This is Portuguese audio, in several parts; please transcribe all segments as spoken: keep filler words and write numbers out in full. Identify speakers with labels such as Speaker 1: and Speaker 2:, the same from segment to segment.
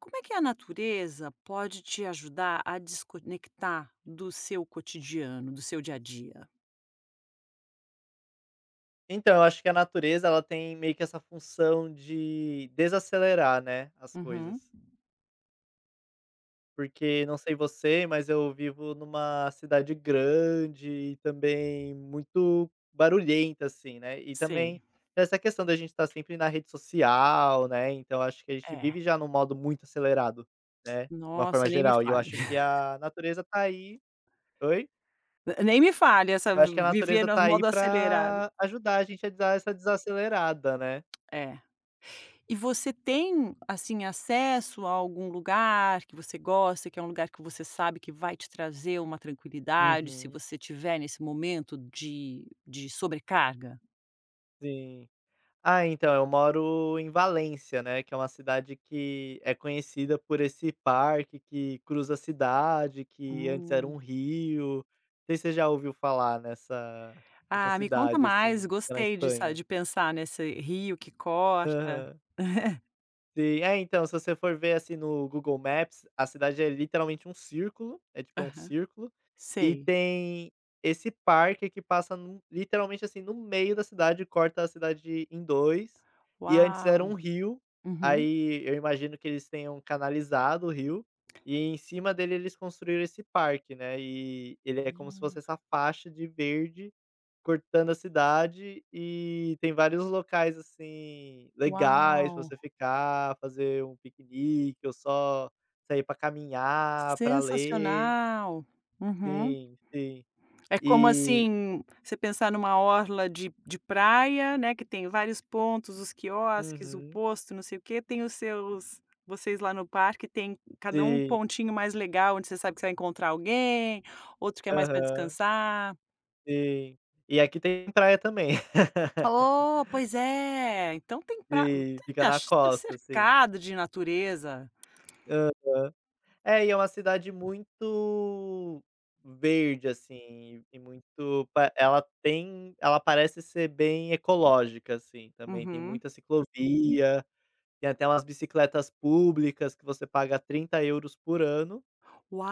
Speaker 1: Como é que a natureza pode te ajudar a desconectar do seu cotidiano, do seu dia a dia?
Speaker 2: Então, eu acho que a natureza ela tem meio que essa função de desacelerar, né, as
Speaker 1: Uhum.
Speaker 2: coisas. Porque não sei você, mas eu vivo numa cidade grande e também muito barulhenta, assim, né. E também
Speaker 1: Sei,
Speaker 2: essa questão da gente estar sempre na rede social, né, então acho que a gente
Speaker 1: é.
Speaker 2: vive já num modo muito acelerado, né, de uma forma
Speaker 1: Nossa, nem me
Speaker 2: geral. E eu
Speaker 1: fale.
Speaker 2: acho que a natureza tá aí. Oi?
Speaker 1: Nem me fale essa
Speaker 2: Eu acho que a
Speaker 1: vi- viver
Speaker 2: natureza
Speaker 1: no
Speaker 2: tá aí
Speaker 1: modo acelerado.
Speaker 2: pra ajudar a gente a dar essa desacelerada, né.
Speaker 1: É. E você tem, assim, acesso a algum lugar que você gosta, que é um lugar que você sabe que vai te trazer uma tranquilidade, se
Speaker 2: Uhum.
Speaker 1: você tiver nesse momento de de sobrecarga?
Speaker 2: Sim. Ah, então, eu moro em Valência, né, que é uma cidade que é conhecida por esse parque que cruza a cidade, que antes era
Speaker 1: Hum.
Speaker 2: um rio. Não sei se você já ouviu falar nessa nessa
Speaker 1: Ah, me conta
Speaker 2: cidade, assim,
Speaker 1: mais,
Speaker 2: que é na
Speaker 1: gostei de sa
Speaker 2: Espanha.
Speaker 1: de pensar nesse rio que corta.
Speaker 2: Aham. Sim. É, então, se você for ver, assim, no Google Maps, a cidade é literalmente um círculo, é tipo, é um
Speaker 1: Aham,
Speaker 2: círculo, e
Speaker 1: sei.
Speaker 2: tem esse parque que passa no literalmente, assim, no meio da cidade, corta a cidade em dois, e antes era
Speaker 1: Uau!
Speaker 2: um rio.
Speaker 1: Uhum.
Speaker 2: Aí eu imagino que eles tenham canalizado o rio, e em cima dele eles construíram esse parque, né, e ele é como se fosse
Speaker 1: Hum.
Speaker 2: essa faixa de verde cortando a cidade. E tem vários locais, assim, legais pra
Speaker 1: Uau,
Speaker 2: você ficar, fazer um piquenique ou só sair pra caminhar, pra ler.
Speaker 1: sensacional! Uhum.
Speaker 2: Sim, sim.
Speaker 1: É como,
Speaker 2: E
Speaker 1: assim, você pensar numa orla de de praia, né, que tem vários pontos, os quiosques, o
Speaker 2: Uhum.
Speaker 1: posto, não sei o quê, tem os seus vocês lá no parque tem cada um
Speaker 2: Sim.
Speaker 1: pontinho mais legal, onde você sabe que você vai encontrar alguém, outro que é mais para
Speaker 2: Aham.
Speaker 1: descansar.
Speaker 2: Sim. E aqui tem praia também.
Speaker 1: Oh, pois é. Então tem pra
Speaker 2: Sim, fica
Speaker 1: tá
Speaker 2: na
Speaker 1: ch- tá
Speaker 2: costa, assim.
Speaker 1: cercado de natureza.
Speaker 2: É, e é uma cidade muito verde, assim, e muito pa ela tem ela parece ser bem ecológica, assim, também tem
Speaker 1: Uhum.
Speaker 2: muita ciclovia, tem até umas bicicletas públicas que você paga trinta euros por ano,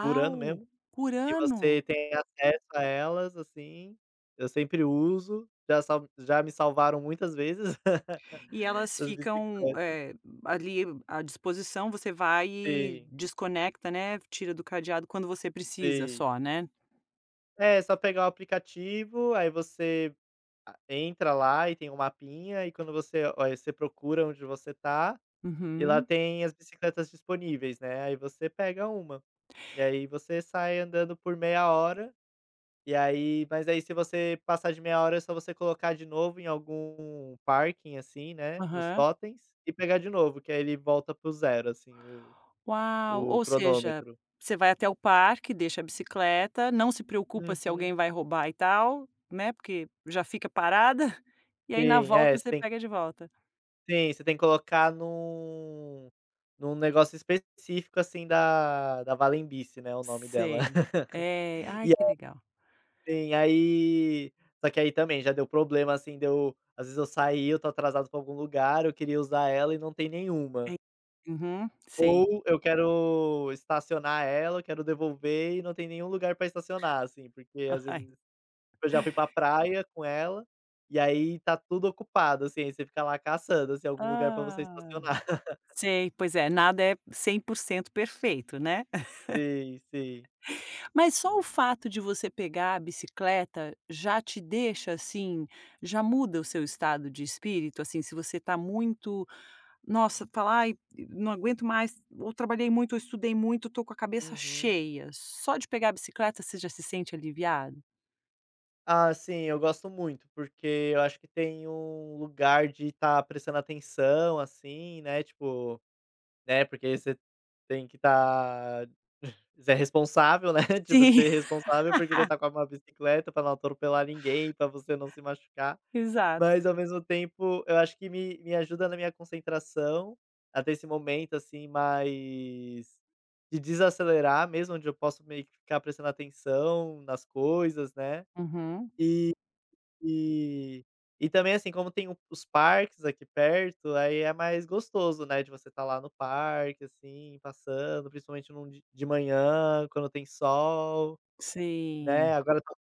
Speaker 2: por ano mesmo,
Speaker 1: por
Speaker 2: e você
Speaker 1: ano.
Speaker 2: tem acesso a elas, assim, eu sempre uso, já sal já me salvaram muitas vezes
Speaker 1: E elas
Speaker 2: essas
Speaker 1: ficam,
Speaker 2: bicicletas.
Speaker 1: eh, ali à disposição, você vai e
Speaker 2: Sim,
Speaker 1: desconecta, né, tira do cadeado quando você precisa
Speaker 2: sim.
Speaker 1: só, né?
Speaker 2: É, é só pegar o aplicativo, aí você A entra lá e tem um mapinha, e quando você olha, você procura onde você tá, e lá
Speaker 1: Uhum.
Speaker 2: tem as bicicletas disponíveis, né, aí você pega uma. E aí você sai andando por meia hora, e aí mas aí se você passar de meia hora é só você colocar de novo em algum parking, assim, né, nos
Speaker 1: Aham.
Speaker 2: totens, e pegar de novo, que aí ele volta para zero, assim, o
Speaker 1: Uau,
Speaker 2: o
Speaker 1: ou seja,
Speaker 2: cronômetro.
Speaker 1: você vai até o parque, deixa a bicicleta, não se preocupa se
Speaker 2: Uhum.
Speaker 1: alguém vai roubar e tal, né, porque já fica parada, e aí na
Speaker 2: Sim, é,
Speaker 1: volta
Speaker 2: você
Speaker 1: você
Speaker 2: tem
Speaker 1: pega de volta.
Speaker 2: sim, você tem que colocar num num negócio específico, assim, da da Valembice, né, o nome dela.
Speaker 1: Sei. É. Ai,
Speaker 2: E,
Speaker 1: que legal.
Speaker 2: assim, aí só que aí também já deu problema, assim, deu às vezes eu saí, eu tô atrasado pra algum lugar, eu queria usar ela e não tem
Speaker 1: É.
Speaker 2: nenhuma.
Speaker 1: Uhum, sei.
Speaker 2: Ou eu quero estacionar ela, eu quero devolver e não tem nenhum lugar pra estacionar, assim, porque às
Speaker 1: Ai.
Speaker 2: vezes eu já fui pra praia com ela, e aí tá tudo ocupado, assim, aí você fica lá caçando, assim, algum lugar pra você
Speaker 1: Ah,
Speaker 2: estacionar.
Speaker 1: sei. Pois é, nada é cem por cento perfeito, né.
Speaker 2: Sim, sim.
Speaker 1: Mas só o fato de você pegar a bicicleta já te deixa, assim, já muda o seu estado de espírito? Assim, se você tá muito, nossa, falar: "Ai, não aguento mais, ou trabalhei muito, ou estudei muito, tô com a cabeça
Speaker 2: Uhum.
Speaker 1: cheia", só de pegar a bicicleta você já se sente aliviado?
Speaker 2: Ah, sim, eu gosto muito, porque eu acho que tem um lugar de estar prestando atenção, assim, né, tipo, né, porque você tem que estar você é responsável, né, tipo,
Speaker 1: Sim,
Speaker 2: você é responsável porque você tá com uma bicicleta pra não atropelar ninguém, pra você não se machucar, mas
Speaker 1: exato.
Speaker 2: ao mesmo tempo eu acho que me me ajuda na minha concentração, até esse momento, assim, mais de desacelerar mesmo, onde eu posso meio que ficar prestando atenção nas coisas, né.
Speaker 1: Uhum,
Speaker 2: E e e também, assim, como tem o os parques aqui perto, aí é mais gostoso, né, de você estar lá no parque, assim, passando, principalmente num de de manhã, quando tem sol, né.
Speaker 1: sim.
Speaker 2: Agora tá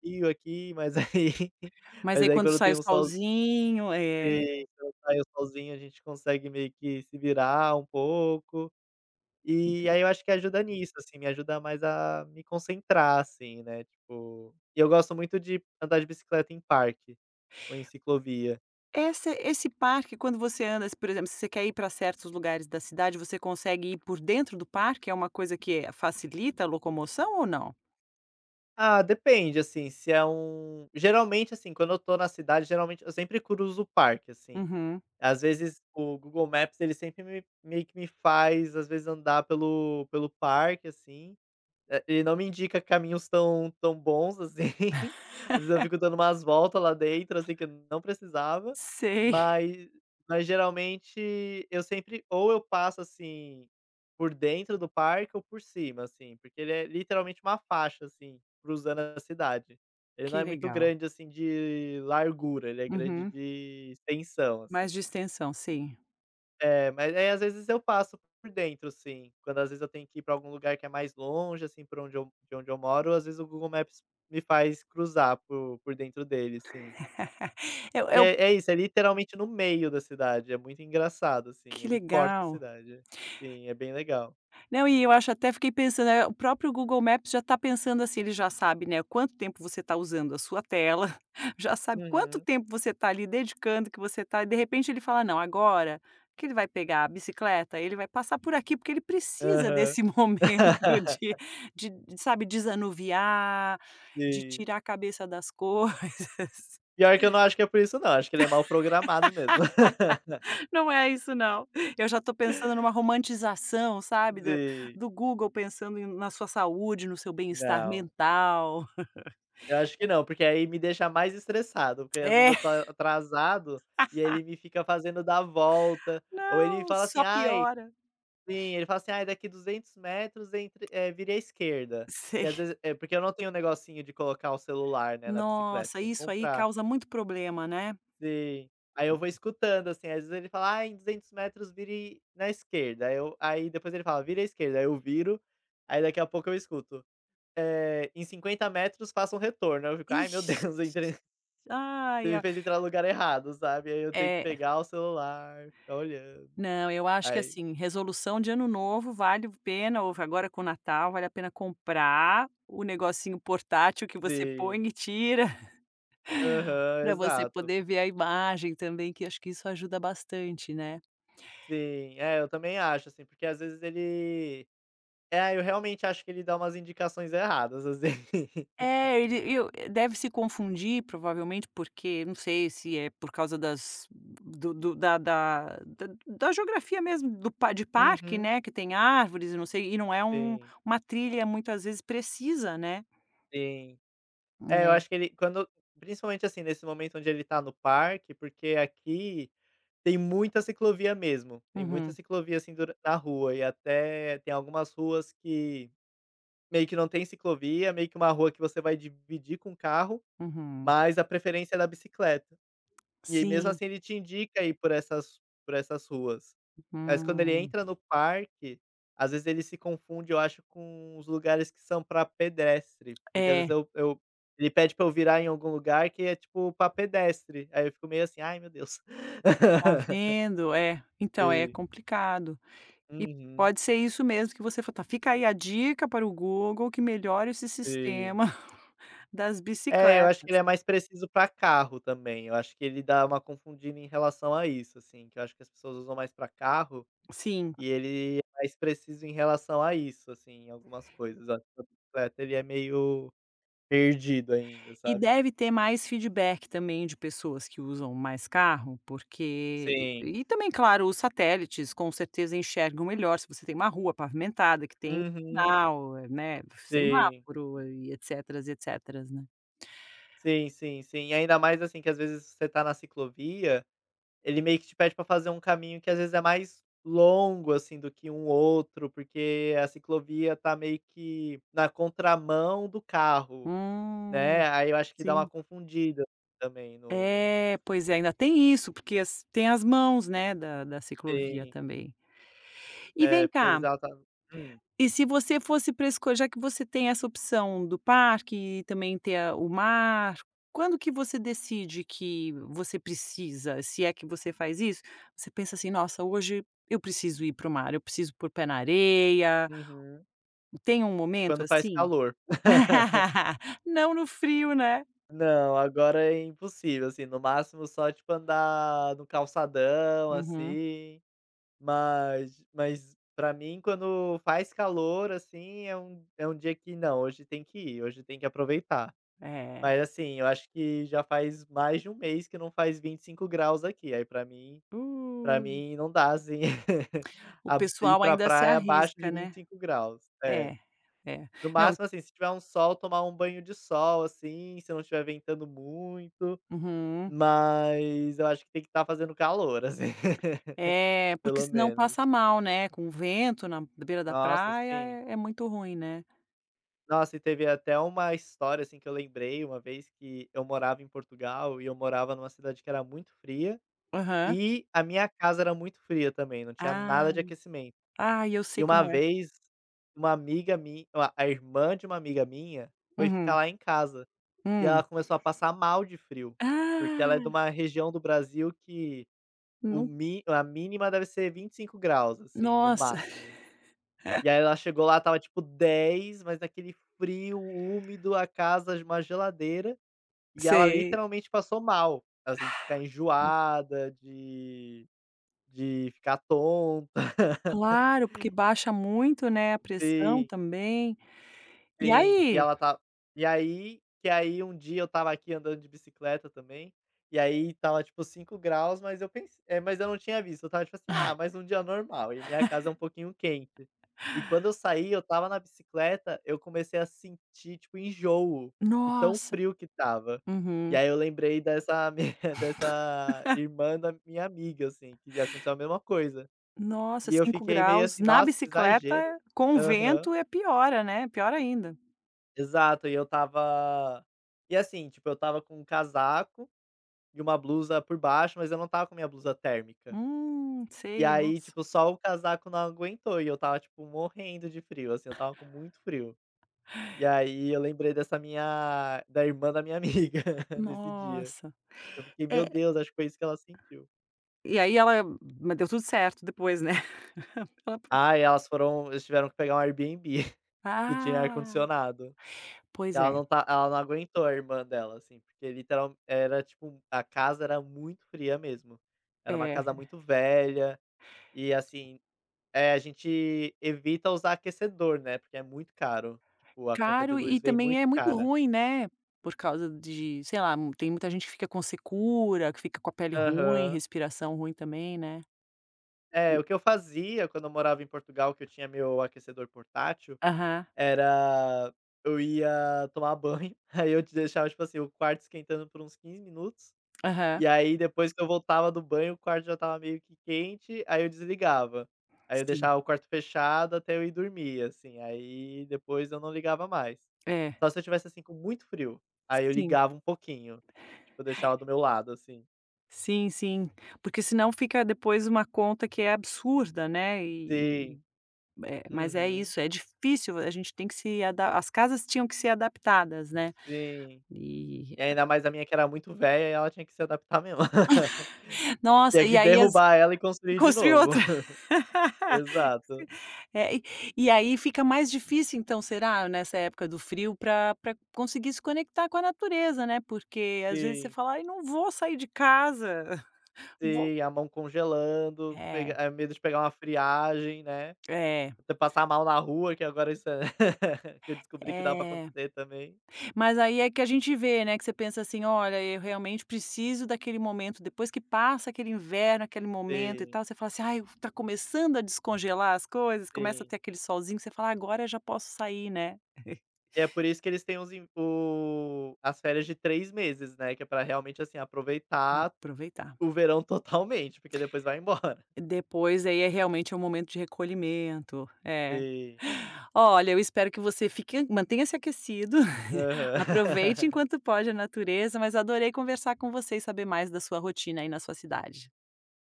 Speaker 2: frio aqui, mas aí
Speaker 1: Mas
Speaker 2: mas
Speaker 1: aí
Speaker 2: aí
Speaker 1: quando
Speaker 2: quando
Speaker 1: sai
Speaker 2: tem
Speaker 1: o
Speaker 2: um solzinho,
Speaker 1: solzinho é,
Speaker 2: quando sai o solzinho, a gente consegue meio que se virar um pouco. E
Speaker 1: entendi.
Speaker 2: aí eu acho que ajuda nisso, assim, me ajuda mais a me concentrar, assim, né, tipo, e eu gosto muito de andar de bicicleta em parque ou em ciclovia.
Speaker 1: Essa Esse parque quando você anda, se por exemplo, se você quer ir pra certos lugares da cidade, você consegue ir por dentro do parque? É uma coisa que, eh, facilita a locomoção ou não?
Speaker 2: Ah, depende, assim, se é um geralmente, assim, quando eu tô na cidade, geralmente eu sempre cruzo o parque, assim.
Speaker 1: Uhum.
Speaker 2: Às vezes o Google Maps, ele sempre me meio que me faz, às vezes, andar pelo pelo parque, assim. É, ele não me indica caminhos tão tão bons, assim. Às vezes eu fico dando umas voltas lá dentro, assim, que eu não precisava,
Speaker 1: Sei,
Speaker 2: mas mas geralmente eu sempre ou eu passo, assim, por dentro do parque ou por cima, assim, porque ele é literalmente uma faixa, assim, cruzando a cidade. Ele não
Speaker 1: que
Speaker 2: é muito
Speaker 1: legal.
Speaker 2: grande, assim, de largura, ele é grande
Speaker 1: Uhum.
Speaker 2: de extensão,
Speaker 1: Mais
Speaker 2: assim.
Speaker 1: distensão, sim.
Speaker 2: É, mas aí às vezes eu passo por dentro, sim. Quando às vezes eu tenho que ir pra algum lugar que é mais longe, assim, por onde eu de onde eu moro, às vezes o Google Maps me faz cruzar por por dentro dele, sim.
Speaker 1: É o é
Speaker 2: E
Speaker 1: o
Speaker 2: É é isso, é literalmente no meio da cidade, é muito engraçado, assim,
Speaker 1: Que
Speaker 2: ele corta a
Speaker 1: legal.
Speaker 2: cidade. Sim, é bem legal.
Speaker 1: Não, e eu acho até fiquei pensando, eh, o próprio Google Maps já está pensando assim, ele já sabe, né, quanto tempo você está usando a sua tela, já sabe quanto
Speaker 2: Uhum.
Speaker 1: tempo você está ali dedicando, que você está e de repente ele fala: "Não, agora que ele vai pegar a bicicleta, ele vai passar por aqui, porque ele precisa
Speaker 2: Aham.
Speaker 1: desse momento de de, de, sabe, desanuviar, de
Speaker 2: Sim.
Speaker 1: tirar a cabeça das coisas".
Speaker 2: Pior que eu não acho que é por isso, não, acho que ele é mal programado mesmo.
Speaker 1: Não é isso não. Eu já tô pensando numa romantização, sabe, da
Speaker 2: Sim.
Speaker 1: do Google pensando em na sua saúde, no seu bem-estar
Speaker 2: Não.
Speaker 1: mental.
Speaker 2: Eu acho que não, porque aí me deixa mais estressado, porque às vezes
Speaker 1: É,
Speaker 2: eu tô atrasado, e ele me fica fazendo dar volta, ou ele
Speaker 1: não,
Speaker 2: fala assim:
Speaker 1: só
Speaker 2: "Ai",
Speaker 1: piora.
Speaker 2: sim, ele fala assim: "Ai, daqui duzentos metros entre eh, vire à esquerda", que
Speaker 1: Sei.
Speaker 2: às vezes é porque eu não tenho o negocinho de colocar o celular, né, na bicicleta,
Speaker 1: Nossa,
Speaker 2: tem que
Speaker 1: isso aí
Speaker 2: comprar.
Speaker 1: causa muito problema, né.
Speaker 2: Sim. Aí eu vou escutando, assim, às vezes ele fala: "Ah, em duzentos metros vire na esquerda", aí eu aí depois ele fala: "Vire à esquerda", aí eu viro, aí daqui a pouco eu escuto: "Eh, em cinquenta metros faça um retorno", aí eu fico: "Ai meu
Speaker 1: Ixi.
Speaker 2: Deus, eu entrei
Speaker 1: Ai,
Speaker 2: você me
Speaker 1: a
Speaker 2: fez entrar no lugar errado", sabe. Aí eu tenho que
Speaker 1: é,
Speaker 2: pegar o celular, ficar olhando.
Speaker 1: não, eu acho que,
Speaker 2: Aí
Speaker 1: assim, resolução de ano novo vale a pena ou agora com o Natal, vale a pena comprar o negocinho portátil que você põe
Speaker 2: sim.
Speaker 1: e tira.
Speaker 2: Aham,
Speaker 1: Para você
Speaker 2: exato.
Speaker 1: poder
Speaker 2: Por
Speaker 1: ver a imagem também, que acho que isso ajuda bastante, né?
Speaker 2: Sim. É, eu também acho, assim, porque às vezes ele é, eu realmente acho que ele dá umas indicações erradas, assim.
Speaker 1: É, ele eu eh, deve se confundir provavelmente, porque não sei se é por causa das do do da da da da geografia mesmo do pa de parque,
Speaker 2: Uhum.
Speaker 1: né, que tem árvores e não sei, e não é um
Speaker 2: Sim,
Speaker 1: uma trilha muitas vezes precisa, né?
Speaker 2: sim. É, eu
Speaker 1: É.
Speaker 2: acho que ele quando principalmente, assim, nesse momento onde ele tá no parque, porque aqui tem muita ciclovia mesmo. Tem muita
Speaker 1: Uhum,
Speaker 2: ciclovia, assim, dura na rua, e até tem algumas ruas que meio que não tem ciclovia, meio que uma rua que você vai dividir com o carro,
Speaker 1: uhum.
Speaker 2: mas a preferência é da bicicleta. E aí mesmo
Speaker 1: Sim.
Speaker 2: assim ele te indica ir por essas por essas ruas. Mas quando ele
Speaker 1: Hum.
Speaker 2: entra no parque, às vezes ele se confunde, eu acho, com os lugares que são pra pedestre, porque às vezes
Speaker 1: É,
Speaker 2: eu eu ele pede pra eu virar em algum lugar que é tipo pra pedestre, aí eu fico meio assim: "Ai meu Deus".
Speaker 1: tá vendo? É, então é
Speaker 2: Sim.
Speaker 1: complicado. E
Speaker 2: Uhum.
Speaker 1: pode ser isso mesmo que você fa tá, fica aí a dica para o Google que melhore esse
Speaker 2: Sim.
Speaker 1: sistema das
Speaker 2: É, eu acho que ele
Speaker 1: bicicletas.
Speaker 2: é mais preciso pra carro também, eu acho que ele dá uma confundida em relação a isso, assim, que eu acho que as pessoas usam mais pra carro,
Speaker 1: Sim.
Speaker 2: e ele é mais preciso em relação a isso, assim, em algumas coisas. Eu acho que a bicicleta ele é meio perdido ainda,
Speaker 1: E
Speaker 2: sabe.
Speaker 1: deve ter mais feedback também de pessoas que usam mais carro, porque
Speaker 2: Sim.
Speaker 1: e também, claro, os satélites com certeza enxergam melhor se você tem uma rua pavimentada que tem
Speaker 2: Uhum.
Speaker 1: sinal, eh, né,
Speaker 2: Sim.
Speaker 1: semáforo e etceteras e né.
Speaker 2: Sim, sim, sim. E ainda mais, assim, que às vezes você tá na ciclovia. Ele meio que te pede pra fazer um caminho que às vezes é mais longo, assim, do que um outro, porque a ciclovia tá meio que na contramão do carro,
Speaker 1: Hum,
Speaker 2: né, aí eu acho que dá uma
Speaker 1: sim.
Speaker 2: confundida também no
Speaker 1: É, pois é, ainda tem isso, porque as tem as mãos, né, da da ciclovia
Speaker 2: sim,
Speaker 1: também. E vem
Speaker 2: é, porque
Speaker 1: cá,
Speaker 2: às vezes ela tá hum,
Speaker 1: e se você fosse pra esco já que você tem essa opção do parque e também ter a o mar, quando que você decide que você precisa, se é que você faz isso, você pensa assim: "Nossa, hoje eu preciso ir para o mar, eu preciso pôr pé na areia",
Speaker 2: uhum.
Speaker 1: tem um momento
Speaker 2: Quando faz
Speaker 1: assim?
Speaker 2: calor.
Speaker 1: Não no frio, né?
Speaker 2: Não, agora é impossível, assim, no máximo só, tipo, andar no calçadão,
Speaker 1: Uhum.
Speaker 2: assim. Mas mas para mim quando faz calor, assim, é um é um dia que não, hoje tem que ir, hoje tem que aproveitar.
Speaker 1: É.
Speaker 2: Mas assim, eu acho que já faz mais de um mês que não faz vinte e cinco graus aqui, aí pra mim para
Speaker 1: Uh.
Speaker 2: mim não dá, assim,
Speaker 1: O
Speaker 2: a ir
Speaker 1: pessoal
Speaker 2: pra
Speaker 1: ainda se
Speaker 2: praia abaixo
Speaker 1: arrisca,
Speaker 2: de vinte
Speaker 1: né.
Speaker 2: e cinco graus. É,
Speaker 1: É, é.
Speaker 2: no
Speaker 1: Não,
Speaker 2: máximo, assim, se tiver um sol, tomar um banho de sol, assim, se não estiver ventando muito,
Speaker 1: uhum.
Speaker 2: mas eu acho que tem que estar fazendo calor, assim,
Speaker 1: É, porque
Speaker 2: pelo
Speaker 1: senão
Speaker 2: menos.
Speaker 1: passa mal, né, com o vento na beira da
Speaker 2: Nossa,
Speaker 1: praia
Speaker 2: sim.
Speaker 1: é é muito ruim, né.
Speaker 2: Nossa, e teve até uma história, assim, que eu lembrei, uma vez que eu morava em Portugal e eu morava numa cidade que era muito fria,
Speaker 1: Aham.
Speaker 2: e a minha casa era muito fria também, não tinha
Speaker 1: Ah.
Speaker 2: nada de aquecimento.
Speaker 1: Ah, eu sei
Speaker 2: E uma
Speaker 1: como é.
Speaker 2: vez, uma amiga minha a irmã de uma amiga minha foi ficar
Speaker 1: Uhum.
Speaker 2: lá em casa, e
Speaker 1: Hum.
Speaker 2: ela começou a passar mal de frio, porque ela é
Speaker 1: Ah,
Speaker 2: de uma região do Brasil que o
Speaker 1: no
Speaker 2: mi a mínima deve ser vinte e cinco graus, assim, no
Speaker 1: nossa.
Speaker 2: máximo. E aí ela chegou lá, tava tipo dez, mas naquele frio úmido, a casa, uma geladeira, e ela
Speaker 1: Sei.
Speaker 2: literalmente passou mal, assim, de ficar enjoada, de de ficar tonta.
Speaker 1: Claro, porque baixa muito, né, a pressão
Speaker 2: Sim.
Speaker 1: também. E
Speaker 2: Sim, e
Speaker 1: aí?
Speaker 2: ela tá e aí que aí um dia eu tava aqui andando de bicicleta também, e aí tava tipo cinco graus, mas eu pensei, é mas eu não tinha visto, eu tava tipo assim: "Ah, mais um dia normal", e minha casa é um pouquinho quente. E quando eu saí, eu tava na bicicleta, eu comecei a sentir tipo enjoo, de tão
Speaker 1: Nossa.
Speaker 2: frio que tava. E
Speaker 1: Uhum.
Speaker 2: aí eu lembrei dessa mi dessa irmã da minha amiga, assim, que aconteceu a mesma coisa.
Speaker 1: Nossa,
Speaker 2: E eu
Speaker 1: cinco
Speaker 2: fiquei meio
Speaker 1: graus
Speaker 2: assim:
Speaker 1: na
Speaker 2: "Nossa, que
Speaker 1: bicicleta
Speaker 2: exagero".
Speaker 1: com
Speaker 2: Aham.
Speaker 1: vento é piora, né, pior ainda.
Speaker 2: Exato, e eu tava e assim, tipo, eu tava com um casaco e uma blusa por baixo, mas eu não tava com minha blusa térmica.
Speaker 1: Hum,
Speaker 2: E
Speaker 1: sei,
Speaker 2: aí,
Speaker 1: nossa.
Speaker 2: tipo, só o casaco não aguentou, e eu tava tipo morrendo de frio, assim, eu tava com muito frio. E aí eu lembrei dessa minha da irmã da minha amiga nesse dia.
Speaker 1: Nossa.
Speaker 2: Eu fiquei: "Meu
Speaker 1: É,
Speaker 2: Deus, acho que foi isso que ela sentiu".
Speaker 1: e aí ela mas deu tudo certo depois, né. Ela
Speaker 2: Ah, e elas foram eles tiveram que pegar um Airbnb que tinha
Speaker 1: ah,
Speaker 2: ar-condicionado.
Speaker 1: pois
Speaker 2: Ela
Speaker 1: é,
Speaker 2: não tá ela não aguentou a irmã dela, assim, porque literal era tipo a casa era muito fria mesmo. Era uma
Speaker 1: é
Speaker 2: casa muito velha e, assim, eh, a gente evita usar aquecedor, né, porque é muito caro. Tipo, a conta de
Speaker 1: caro e
Speaker 2: luz vem
Speaker 1: também
Speaker 2: muito
Speaker 1: é muito
Speaker 2: cara.
Speaker 1: ruim, né, por causa de, sei lá, mu- tem muita gente que fica com secura, que fica com a pele ruim,
Speaker 2: Aham.
Speaker 1: respiração ruim também, né.
Speaker 2: É,
Speaker 1: E
Speaker 2: o que eu fazia quando eu morava em Portugal, que eu tinha meu aquecedor portátil,
Speaker 1: aham,
Speaker 2: era eu ia tomar banho, aí eu te deixava, tipo assim, o quarto esquentando por uns quinze minutos.
Speaker 1: aham,
Speaker 2: E aí depois que eu voltava do banho, o quarto já estava meio que quente, aí eu desligava. Aí eu
Speaker 1: sim,
Speaker 2: deixava o quarto fechado até eu ir dormir, assim, aí depois eu não ligava mais.
Speaker 1: é,
Speaker 2: Só se eu tivesse, assim, com muito frio, aí eu
Speaker 1: sim.
Speaker 2: ligava um pouquinho, tipo, eu deixava do meu lado, assim.
Speaker 1: Sim, sim. Porque senão fica depois uma conta que é absurda, né, e
Speaker 2: Sim.
Speaker 1: e eh, mas é
Speaker 2: Uhum.
Speaker 1: isso, é difícil, a gente tem que se adaptar. As casas tinham que ser adaptadas, né.
Speaker 2: Sim.
Speaker 1: E
Speaker 2: E ainda mais a minha que era muito velha, e ela tinha que se adaptar mesmo. Tinha
Speaker 1: nossa, e
Speaker 2: que
Speaker 1: aí as
Speaker 2: derrubar ela e construir de
Speaker 1: construir
Speaker 2: novo.
Speaker 1: outra.
Speaker 2: Exato.
Speaker 1: É, e e aí fica mais difícil então, será, nessa época do frio para pra conseguir se conectar com a natureza, né, porque às vezes você
Speaker 2: Sim,
Speaker 1: fala: "Ai, não vou sair de casa, vou".
Speaker 2: sim, a mão congelando, pega
Speaker 1: É,
Speaker 2: eh, medo de pegar uma friagem, né.
Speaker 1: é,
Speaker 2: Até passar mal na rua, que agora isso é que eu descobri que dá pra
Speaker 1: é.
Speaker 2: acontecer também.
Speaker 1: Mas aí é que a gente vê, né, que você pensa assim: "Olha, eu realmente preciso daquele momento", depois que passa aquele inverno, aquele momento e
Speaker 2: Sim,
Speaker 1: tal, você fala assim: "Ai, tá começando a descongelar as coisas", começa a
Speaker 2: sim.
Speaker 1: ter aquele solzinho que você fala: "Agora eu já posso sair, né,
Speaker 2: E é por isso que eles têm os in o as férias de três meses, né, que é pra realmente, assim,
Speaker 1: pra
Speaker 2: aproveitar
Speaker 1: aproveitar".
Speaker 2: o verão totalmente, porque depois vai embora.
Speaker 1: Depois aí é realmente é um momento de recolhimento, é.
Speaker 2: Sim.
Speaker 1: Olha, eu espero que você fique mantenha-se aquecido,
Speaker 2: Aham.
Speaker 1: aproveite enquanto pode a natureza, mas adorei conversar com você e saber mais da sua rotina aí na sua cidade.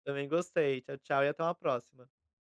Speaker 2: Também gostei. Tchau, tchau, e até uma próxima.